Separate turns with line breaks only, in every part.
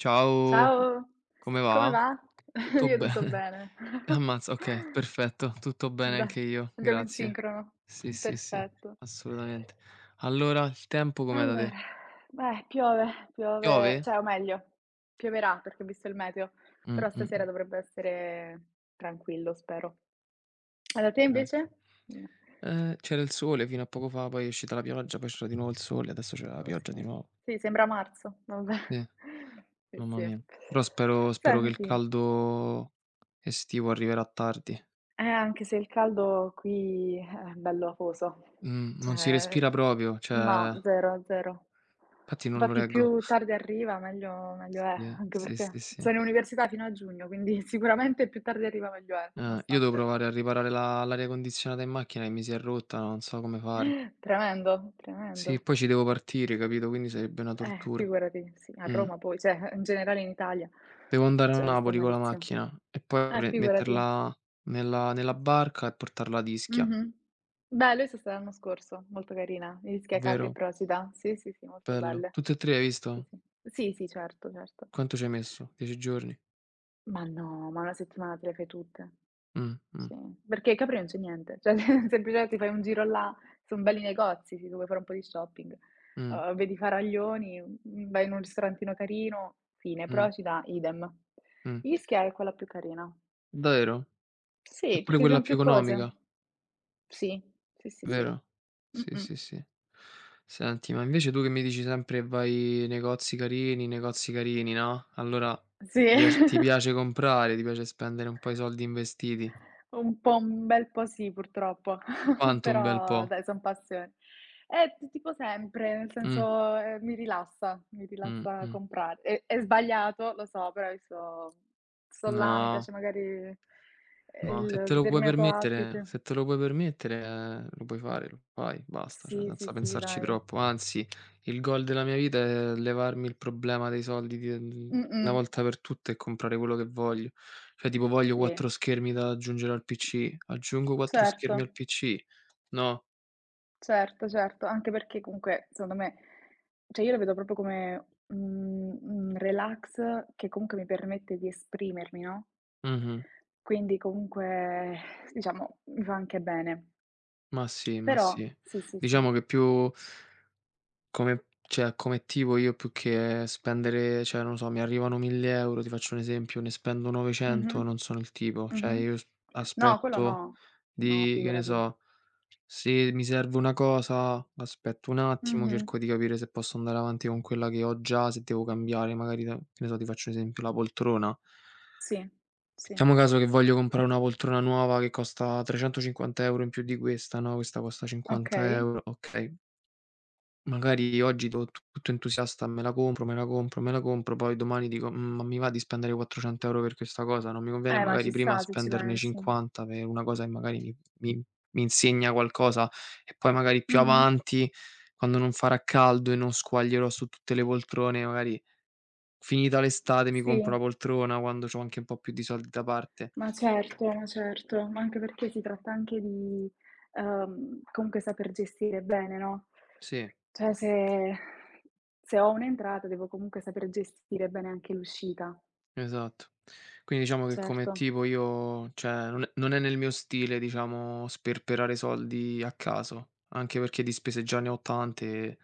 Ciao,
Ciao,
come
come
va?
va?
Tutto
Io tutto
bene.
bene.
Ammazza, okay, perfetto, tutto bene anche
Dai,
io,
andiamo in
grazie.
sincrono.
Sì, sì, sì,
Perfetto.
assolutamente. Allora, il tempo com'è da
Allora,
te?
beh, piove,
Piove?
piove, cioè, o meglio, pioverà perché ho visto il meteo,
Mh,
però
mh,
stasera
mh,
dovrebbe essere tranquillo, spero. E da te
okay.
invece? Mm.
C'era il sole fino a poco fa, poi è uscita la pioggia, poi c'era di nuovo il sole, adesso c'è la
Oh, sì.
pioggia di nuovo.
Sì, sembra marzo, vabbè.
Sì,
Sì,
mamma
sì.
mia. Però spero che il
Senti.
caldo estivo arriverà tardi.
Anche se il caldo qui è bello afoso.
Non si
Cioè
respira proprio, cioè
no, 0, 0.
infatti non lo
Infatti
reggo.
più tardi arriva meglio è,
Sì,
anche
sì, sì,
perché
sì.
sono in università fino a giugno, quindi sicuramente più tardi arriva meglio è,
Ah, io devo
nonostante.
provare a riparare la l'aria condizionata in macchina che mi si è rotta, non so come fare.
Tremendo,
Sì,
tremendo.
poi ci devo partire, capito, quindi sarebbe una tortura.
Figurati, sì, a
Mh.
Roma poi, cioè in generale in Italia,
Devo andare a
cioè che sta
Napoli con la
malissimo.
macchina e poi pre
Figurati.
metterla nella barca e portarla ad Ischia,
Mh-mh. Beh, lui c'è stato l'anno scorso, molto carina. Ischia, Capri e
vero?
Procida. Sì, sì, sì, molto
Bello.
belle.
Tutte e 3 hai
Sì,
visto?
sì. Sì, sì, certo, certo.
Quanto ci hai messo? 10 giorni?
Ma no, ma una settimana te le fai tutte.
Mh, mh,
Sì, perché Capri non c'è niente, cioè se semplicemente ti fai un giro là, son belli negozi, se tu vuoi fare un po' di shopping.
mh,
Vedi i faraglioni, vai in un ristorantino carino, fine.
mh,
Procida, idem.
mh.
Ischia è quella più carina.
Davvero? È
Sì,
pure
perché ci
quella
son
più
più cose.
economica?
Sì, sì, sì, sì.
Vero? Sì,
Mh-mh.
sì, sì. Senti, ma invece tu che mi dici sempre vai negozi carini, no, allora
Sì,
ti piace comprare, ti piace spendere un po' i soldi in vestiti.
un po' un bel po' sì purtroppo,
Quanto un bel
però
po'.
dai son passioni. T tipo sempre, nel
Mh,
senso, mi
mh,
rilassa
mh.
comprare. È sbagliato, lo so, però adesso sto là, mi
No.
piace magari,
No, se
il
te lo puoi
determinato
permettere
outfit.
se te lo puoi permettere lo puoi fare, lo fai, basta, cioè
Sì, sì,
senza
sì,
pensarci
dai.
troppo. Anzi, il goal della mia vita è levarmi il problema dei soldi di una
Mh-mh.
volta per tutte e comprare quello che voglio. Cioè tipo voglio
Sì,
4 schermi da aggiungere al PC, aggiungo 4 schermi
certo.
al PC, no,
Certo, certo, anche perché comunque secondo me cioè io lo vedo proprio come, un relax che comunque mi permette di esprimermi, no?
mh-mh,
Quindi comunque diciamo mi fa anche bene.
ma sì, ma
Però
sì.
sì, sì, sì.
Diciamo che più come cioè, come attivo io più che spendere cioè, non lo so, mi arrivano 1000 €, ti faccio un esempio, ne spendo
Mh-mh.
900, non sono il tipo. Cioè,
Mh-mh.
io s
No, quello
aspetto
no. No,
di che ne
figurati.
so, se mi serve una cosa, aspetto un attimo,
Mh-mh.
cerco di capire se posso andare avanti con quella che ho già, se devo cambiare magari da che ne so, ti faccio un esempio, la poltrona.
Sì, sì.
Mettiamo caso che voglio comprare una poltrona nuova che costa 350 € in più di questa, no, questa costa
Okay.
50 €, okay. Magari oggi to tutto entusiasta: "Me la compro, me la compro, me la compro", poi domani dico: "Ma mi va di spendere 400 € per questa cosa? Non mi conviene
Ma ci
magari prima
sta se ci
spenderne
pensi.
50 per una cosa che magari mi mi insegna qualcosa e poi magari più
Mh-mh.
avanti, quando non farà caldo e non squaglierò su tutte le poltrone, magari finita l'estate mi
Sì.
compro la poltrona, quando c'ho anche un po' più di soldi da parte."
Ma certo, ma certo, ma anche perché si tratta anche di, comunque saper gestire bene, no,
Sì.
cioè se ho un'entrata devo comunque saper gestire bene anche l'uscita.
Esatto. Quindi diciamo che
Certo.
come tipo io cioè non è nel mio stile, diciamo, sperperare soldi a caso, anche perché di spese già ne ho tante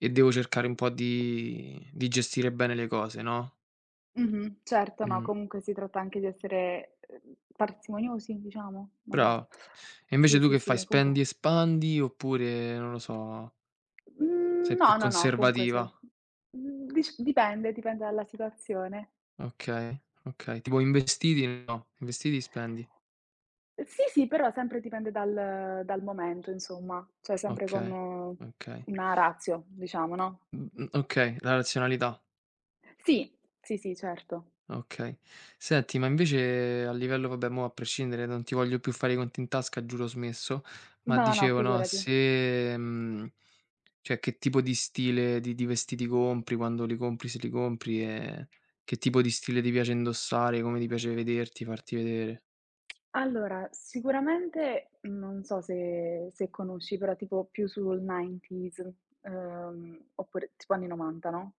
e devo cercare un po' di gestire bene le cose, no,
Mh-mh. Certo, no,
mh,
comunque si tratta anche di essere, parsimoniosi diciamo? Non so.
brava. E
Sì,
invece tu
sì,
che
sì,
fai,
comunque
spendi e spandi oppure, non lo so,
mhmm,
sei più
no, no, no, comunque se
conservativa?
dic dipende, dipende dalla situazione.
Okay, okay. Tipo investiti no, investiti spendi.
Sì, sì, però sempre dipende dal momento insomma, cioè sempre con
Okay, okay.
una ratio diciamo, no.
Okay, la razionalità.
Sì, sì, sì, certo.
Okay. Senti, ma invece a livello vabbè mo' a prescindere, non ti voglio più fare i conti in tasca, giuro ho smesso, ma
No, no,
dicevo no,
figurati.
se cioè che tipo di stile di vestiti compri, quando li compri, se li compri e che tipo di stile ti piace indossare, come ti piace vederti, farti vedere.
Allora, sicuramente non so se se conosci, però tipo più sul 90s, oppure tipo anni 90, no,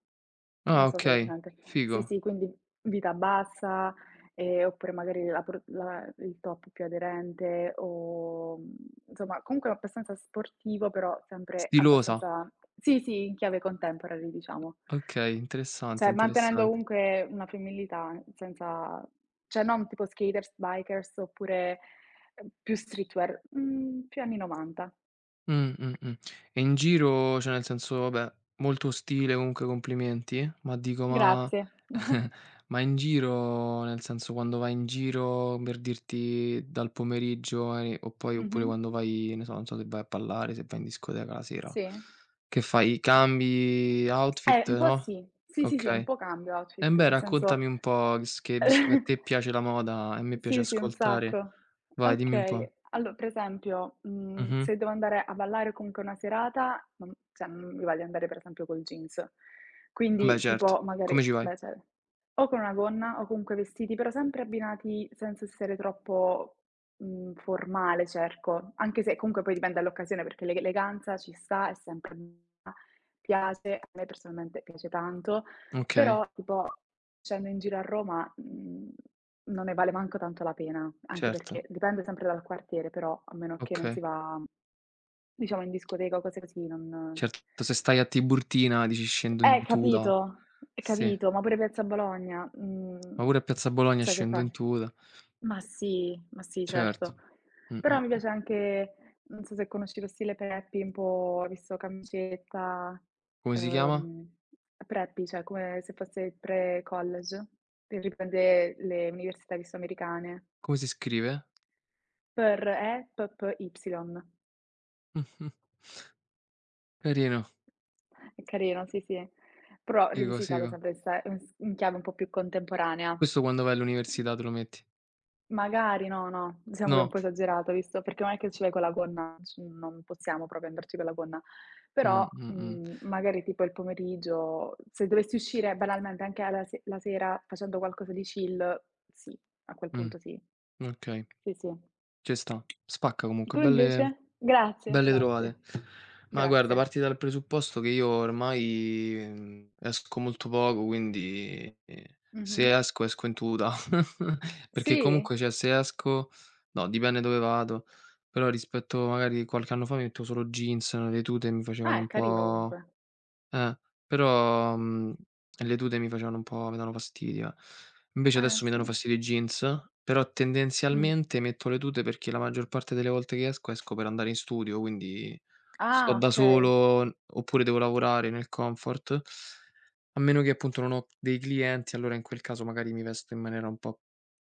non
Ah,
so se hai
okay,
presente. Sì,
figo.
sì, quindi vita bassa, oppure magari la pro la il top più aderente o, insomma comunque abbastanza sportivo, però sempre
Stilosa.
abbastanza sì, sì, in chiave contemporary diciamo.
Okay, interessante,
Cioè, mantenendo
interessante.
comunque una femminilità, senza cioè non tipo skaters, bikers oppure, più streetwear, più anni '90.
Mh, mh, mh. E in giro, cioè nel senso, vabbè, molto ostile, comunque complimenti, ma dico ma
Grazie.
ma in giro, nel senso quando vai in giro, per dirti dal pomeriggio e o poi oppure
Mh-mh.
quando vai, ne so, non so se vai a ballare, se vai in discoteca la sera,
Sì.
che fai? Cambi outfit,
Un po'
no,
sì. Sì, sì, sì, un
okay.
po' cambio
E
outfit,
beh,
nel senso.
raccontami un po' visto che a te piace la moda e a me piace
Sì, sì, un
ascoltare,
sacco.
vai dimmi un po'.
Okay. Allo per esempio,
Mh-mh.
se devo andare a ballare o comunque una serata, non cioè non mi va di andare per esempio col jeans.
Beh,
Quindi
certo.
tipo magari
Come ci vai?
beh, cioè, o con una gonna o comunque vestiti, però sempre abbinati senza essere troppo, formale cerco, anche se comunque poi dipende dall'occasione, perché l'eleganza ci sta, è sempre piace, a me personalmente piace tanto,
Okay.
però tipo facendo in giro a Roma, non ne vale manco tanto la pena, anche
Certo,
perché dipende sempre dal quartiere, però a meno che non si
okay.
va, diciamo in discoteca o cose così, non
Certo, se stai a Tiburtina dici: "Scendo in tuta".
capito,
Sì,
capito, ma pure Piazza Bologna,
ma pure a Piazza Bologna
cioè che
scendo
fai?
in tuta.
Ma sì,
Certo.
certo. Però mi
Mh-mh-mh.
piace anche non so se conosci lo stile preppy, un po' visto camicetta,
Come si chiama?
ehm, preppy, cioè come se fosse pre-college, per riprende le università visto americane.
Come si scrive?
Per E, P, P, Y.
Mh-mh. Carino,
È carino, sì, sì. Però
figo,
rivisitato
figo.
sempre in sta in s in chiave un po' più contemporanea.
Questo quando vai all'università te lo metti?
Magari, no, no, diciamo che è un
No.
po' esagerato, visto perché non è che ci vai con la gonna, c non possiamo proprio andarci con la gonna. Però,
Mh-mh.
magari tipo il pomeriggio, se dovessi uscire banalmente anche alla se la sera facendo qualcosa di chill, sì, a quel
Mh,
punto sì.
okay,
Sì, sì.
ci sta. Spacca comunque,
Tu
belle
invece? Grazie,
belle
grazie.
trovate. Ma guarda,
Grazie.
parti dal presupposto che io ormai, esco molto poco, quindi,
Mh-mh.
se esco, esco in tuta. Perché
Sì?
comunque, cioè, se esco no, dipende dove vado, però rispetto magari qualche anno fa mi mettevo solo jeans, le tute mi
Ah,
facevano
è
un
carino
po'
comunque.
eh, però, le tute mi facevano un po' mi davano fastidio. Invece adesso mi danno
Sì.
fastidio i jeans, però
Mh.
tendenzialmente metto le tute perché la maggior parte delle volte che esco, esco per andare in studio, quindi sto
Ah,
da
okay,
solo n oppure devo lavorare nel comfort. A meno che appunto non ho dei clienti, allora in quel caso magari mi vesto in maniera un po'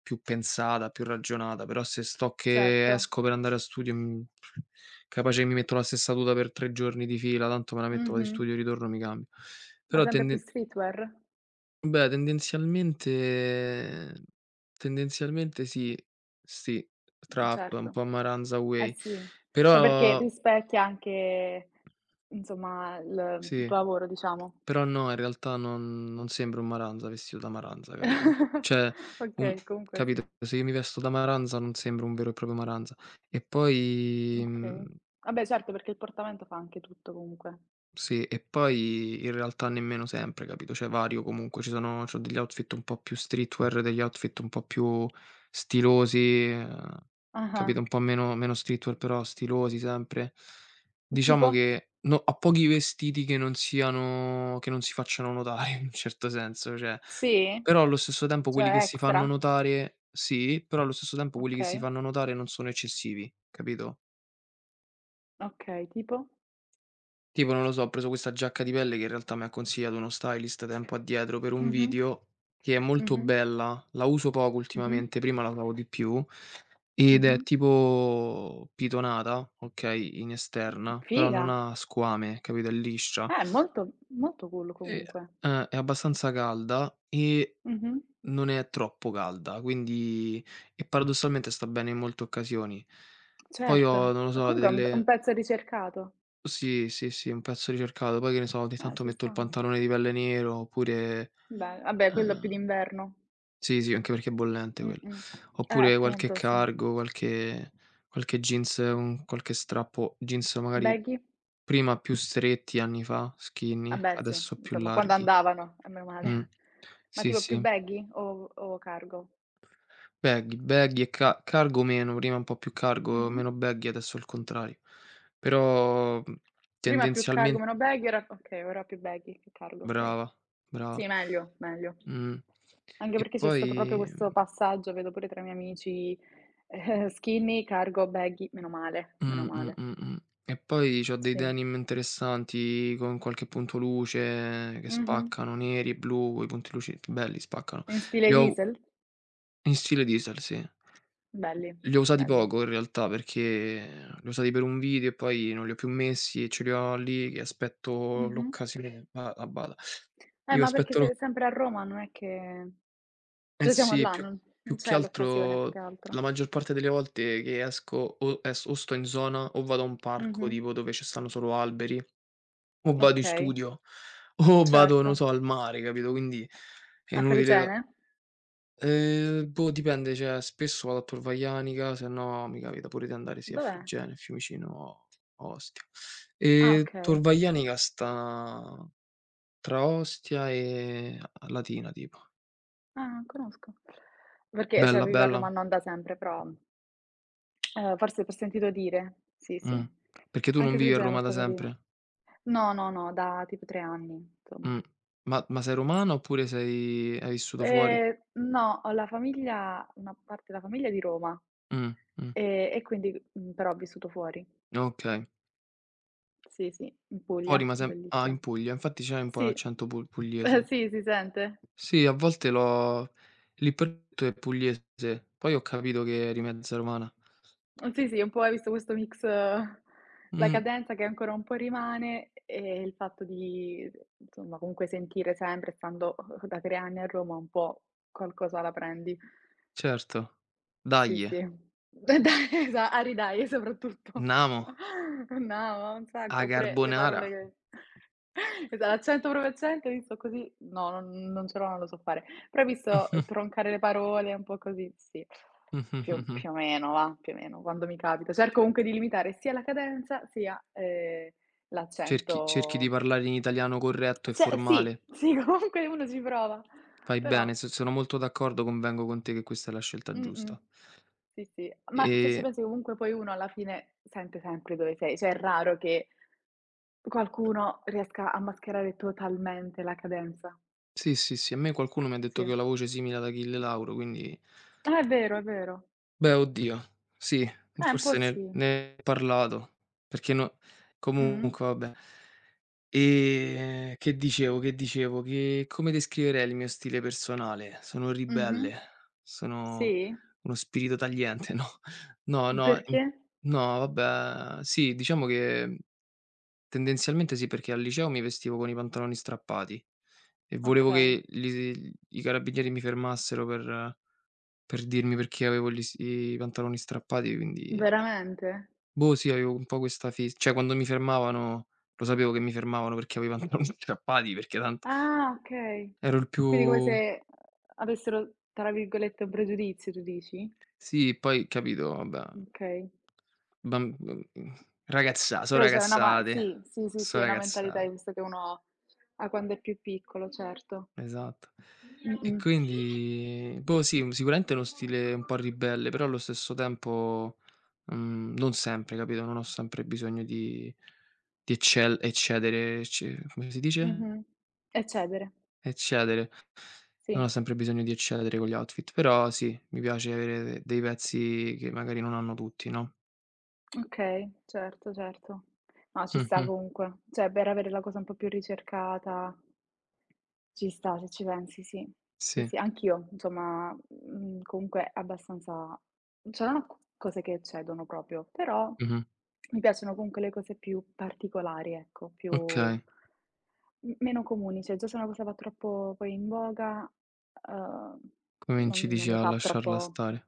più pensata, più ragionata, però se sto
certo.
che esco per andare a studio, capace che mi metto la stessa tuta per 3 giorni di fila, tanto me la metto, vado in
Mh-mh.
studio, ritorno, mi cambio.
Ma
Però
sempre più
tenden
streetwear?
beh, tendenzialmente sì, sì, trap, un
Certo,
po' Maranza
eh
Way.
sì, ma perché
Però
rispecchia anche, insomma, il
sì.
tuo lavoro, diciamo.
Però no, in realtà non sembro un Maranza vestito da Maranza, capito? Cioè, un
Okay, comunque sì.
capito, se io mi vesto da Maranza non sembro un vero e proprio Maranza. E poi, mhmm
Okay. Vabbè certo, perché il portamento fa anche tutto comunque.
sì, e poi in realtà nemmeno sempre, capito, cioè vario comunque, ci sono c'ho degli outfit un po' più streetwear, degli outfit un po' più stilosi, ehm,
Ah-ah.
capito, un po' meno streetwear però stilosi sempre.
Tipo?
Diciamo che no ho pochi vestiti che non siano che non si facciano notare in un certo senso, cioè
Sì?
però allo stesso tempo quelli che
Cioè
si fanno
extra?
notare sì, però allo stesso tempo quelli che si
Okay,
fanno notare non sono eccessivi, capito?
okay, tipo?
Tipo, non lo so, ho preso questa giacca di pelle che in realtà mi ha consigliato uno stylist tempo addietro per un
Mh-mh,
video, che è molto
mh-mh,
bella, la uso poco
mh-mh,
ultimamente, prima la usavo di più, ed è
mh-mh.
tipo pitonata, okay, in esterna, però
Figa.
non ha squame, capito, è liscia.
Molto molto cool
E
comunque.
è abbastanza calda e
Mh-mh.
non è troppo calda, quindi e paradossalmente sta bene in molte occasioni. Poi ho,
Certo,
non lo
ma
so,
comunque è un b un
delle
pezzo ricercato.
sì, sì, sì, un pezzo ricercato. Poi che ne so, ogni tanto
Ci
metto il
sta.
pantalone di pelle nero oppure
Beh, vabbè quello più
ehm,
d'inverno.
sì, sì, anche perché è bollente quello.
Mh-mh.
Oppure qualche
Appunto, sì.
cargo, qualche qualche jeans con qualche strappo jeans magari
Baggy?
prima più stretti anni fa, skinny,
Vabbè sì,
adesso più
insomma quando
larghi.
andavano, e meno
Mh.
male. Ma
Sì,
tipo più
sì.
baggy o cargo?
Baggy, baggy e ca cargo meno, prima un po' più cargo,
Mh-mh.
meno baggy, adesso il contrario. Però,
Prima più cargo,
tendenzialmen
meno baggy, ora okay, ora più baggy che cargo, okay.
brava,
Sì,
brava.
meglio, meglio.
Mh.
Anche
E
perché c'è stato proprio
poi
questo passaggio, vedo pure tra i miei amici, skinny, cargo, baggy, meno male, meno male.
mh. E poi c'ho dei
Sì.
denim interessanti con qualche punto luce che
Mh-mh.
spaccano, neri, e blu, quei punti luci belli, spaccano.
In stile
Li ho
Diesel?
in stile diesel, sì.
Belli,
Li ho usati
belli.
poco in realtà perché li ho usati per un video e poi non li ho più messi e ce li ho lì che aspetto
Mh-mh.
l'occasione. Ba a bada. Dico
Ma perché
aspetto
se sempre a Roma non è che
eh
cioè siamo
sì,
là,
più
non
più che
c'è l'occasione più che
altro
altro.
la maggior parte delle volte che esco o es o sto in zona o vado a un parco
Mh-mh.
tipo dove ci stanno solo alberi, o vado in
Okay,
studio, o vado, non
certo.
so, al mare, capito, quindi è
A
inutile da
Fregene?
boh, dipende, cioè spesso vado a Tor Vaianica, se no mi capita pure di andare sì a
Dov'è?
Fregene, Fiumicino o Ostia.
Ah,
Tor
okay.
Vaianica sta tra Ostia e a Latina tipo.
Ah, non conosco. Perché cioè
Bella,
vivo a
bella.
Roma, non da sempre, però, forse t'ho sentito dire. Sì, sì.
Mh. Perché tu non
Anche
vivi a
Fregene è
Roma da
molto carina.
sempre?
No, no, no, da tipo 3 anni, insomma.
Mh. Ma sei
Sì.
romana oppure sei hai vissuto fuori?
No, ho la famiglia una parte della famiglia è di Roma.
Mh, mh.
E quindi però ho vissuto fuori.
Okay.
Sì, sì, in
Fuori
Puglia,
ma sem ah, in
bellissima.
Puglia, infatti c'hai un po'
Sì.
l'accento pul
Eh
pugliese.
sì, si sente.
Sì, a volte l'ho l'ipercutto è pugliese, poi ho capito che eri mezza romana.
Sì, sì, un po' hai visto questo mix, la
Mh,
cadenza che ancora un po' rimane e il fatto di insomma comunque sentire sempre, stando da 3 anni a Roma, un po' qualcosa la prendi.
certo.
Sì,
Dai,
sì. E dai, esa a ridai soprattutto.
andiamo,
No, ma un
a
sacco. Oppure le
carbonara.
parole che esa l'accento proprio accento, hai visto così no, non ce l'ho, non lo so fare. Però hai visto troncare le parole, un po' così, sì. Più
Mh.
più o meno va, più o meno, quando mi capita. Cerco comunque di limitare sia la cadenza, sia,
Cerchi di
l'accento
parlare in italiano corretto e
cioè sì,
formale.
sì comunque uno ci prova,
Fai
però.
bene, so sono molto d'accordo, convengo con te che questa è la scelta
Mh-mh.
giusta.
Sì, sì. Ma se ci
Ehm,
pensi comunque poi uno alla fine sente sempre dove sei, cioè è raro che qualcuno riesca a mascherare totalmente la cadenza.
sì, sì, sì, a me qualcuno mi ha detto
Sì.
che ho la voce simile ad Achille Lauro, quindi
Ah, è vero, è vero.
beh, oddio, sì,
Un po'
forse
sì.
ne ho parlato, perché no
Mh.
comunque vabbè. Che dicevo, che come descriverei il mio stile personale? Sono
Mh-mh.
ribelle,
Sì?
sono uno spirito tagliente, no, no, no, in
Perché?
no, vabbè, sì, diciamo che tendenzialmente sì, perché al liceo mi vestivo con i pantaloni strappati e volevo
Okay.
che li i carabinieri mi fermassero per dirmi perché avevo gli s i pantaloni strappati, quindi
Veramente?
boh, sì, avevo un po' questa fis cioè quando mi fermavano lo sapevo che mi fermavano perché avevo i pantaloni strappati, perché tanto
Ah, okay.
ero il
Quindi come
più
se avessero, tra virgolette, "un pregiudizio" tu dici?
sì, poi capito, vabbè,
Okay.
bam mhmm, ragazza so'
Però c'è una ma
ragazzate,
sì, sì, sì, sì,
so'
è una mentalità di
ragazzate.
questo che uno ha quando è più piccolo, certo.
Esatto. E
Mh-mh.
quindi boh sì, sicuramente è uno stile un po' ribelle, però allo stesso tempo, non sempre, capito, non ho sempre bisogno di eccel eccedere ecce come si dice?
Mh-mh. E cedere,
Eccedere. Non ho
sì.
sempre bisogno di eccedere con gli outfit, però sì, mi piace avere dei pezzi che magari non hanno tutti, no?
Okay, certo, certo. No, ci sta
Mh-mh.
comunque. Cioè, per avere la cosa un po' più ricercata ci sta, se ci pensi, sì. Sì,
Sì.
sì, anch'io, insomma, comunque abbastanza cioè non ho c cose che eccedono proprio, però
Mh-mh.
mi piacciono comunque le cose più particolari, ecco, più
Okay,
m meno comuni. Cioè, già se una cosa va troppo poi in voga, uhm,
cominci
non
dici
mi
a
fa
lasciarla
troppo
stare.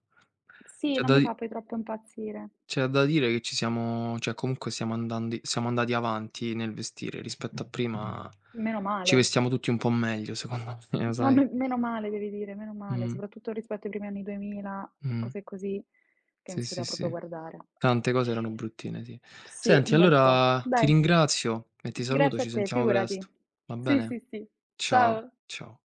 sì,
C'è
non
da
mi
di
fa poi troppo impazzire.
C'è da dire che ci siamo cioè comunque siamo andati avanti nel vestire, rispetto a prima
Meno
ci
male,
vestiamo tutti un po' meglio secondo me,
ma
sai?
me meno male devi dire, meno male,
Mh,
soprattutto rispetto ai primi anni 2000,
mh.
cose così che non
Sì,
si
sì,
poteva proprio
sì.
guardare.
Tante cose erano bruttine, sì.
Sì,
Senti
un bel po'.
allora ti
Dai,
ringrazio e ti saluto,
grazie a
ci
te,
sentiamo
figurati.
presto. Va
Sì,
bene?
sì, sì.
Ciao,
Ciao.
ciao.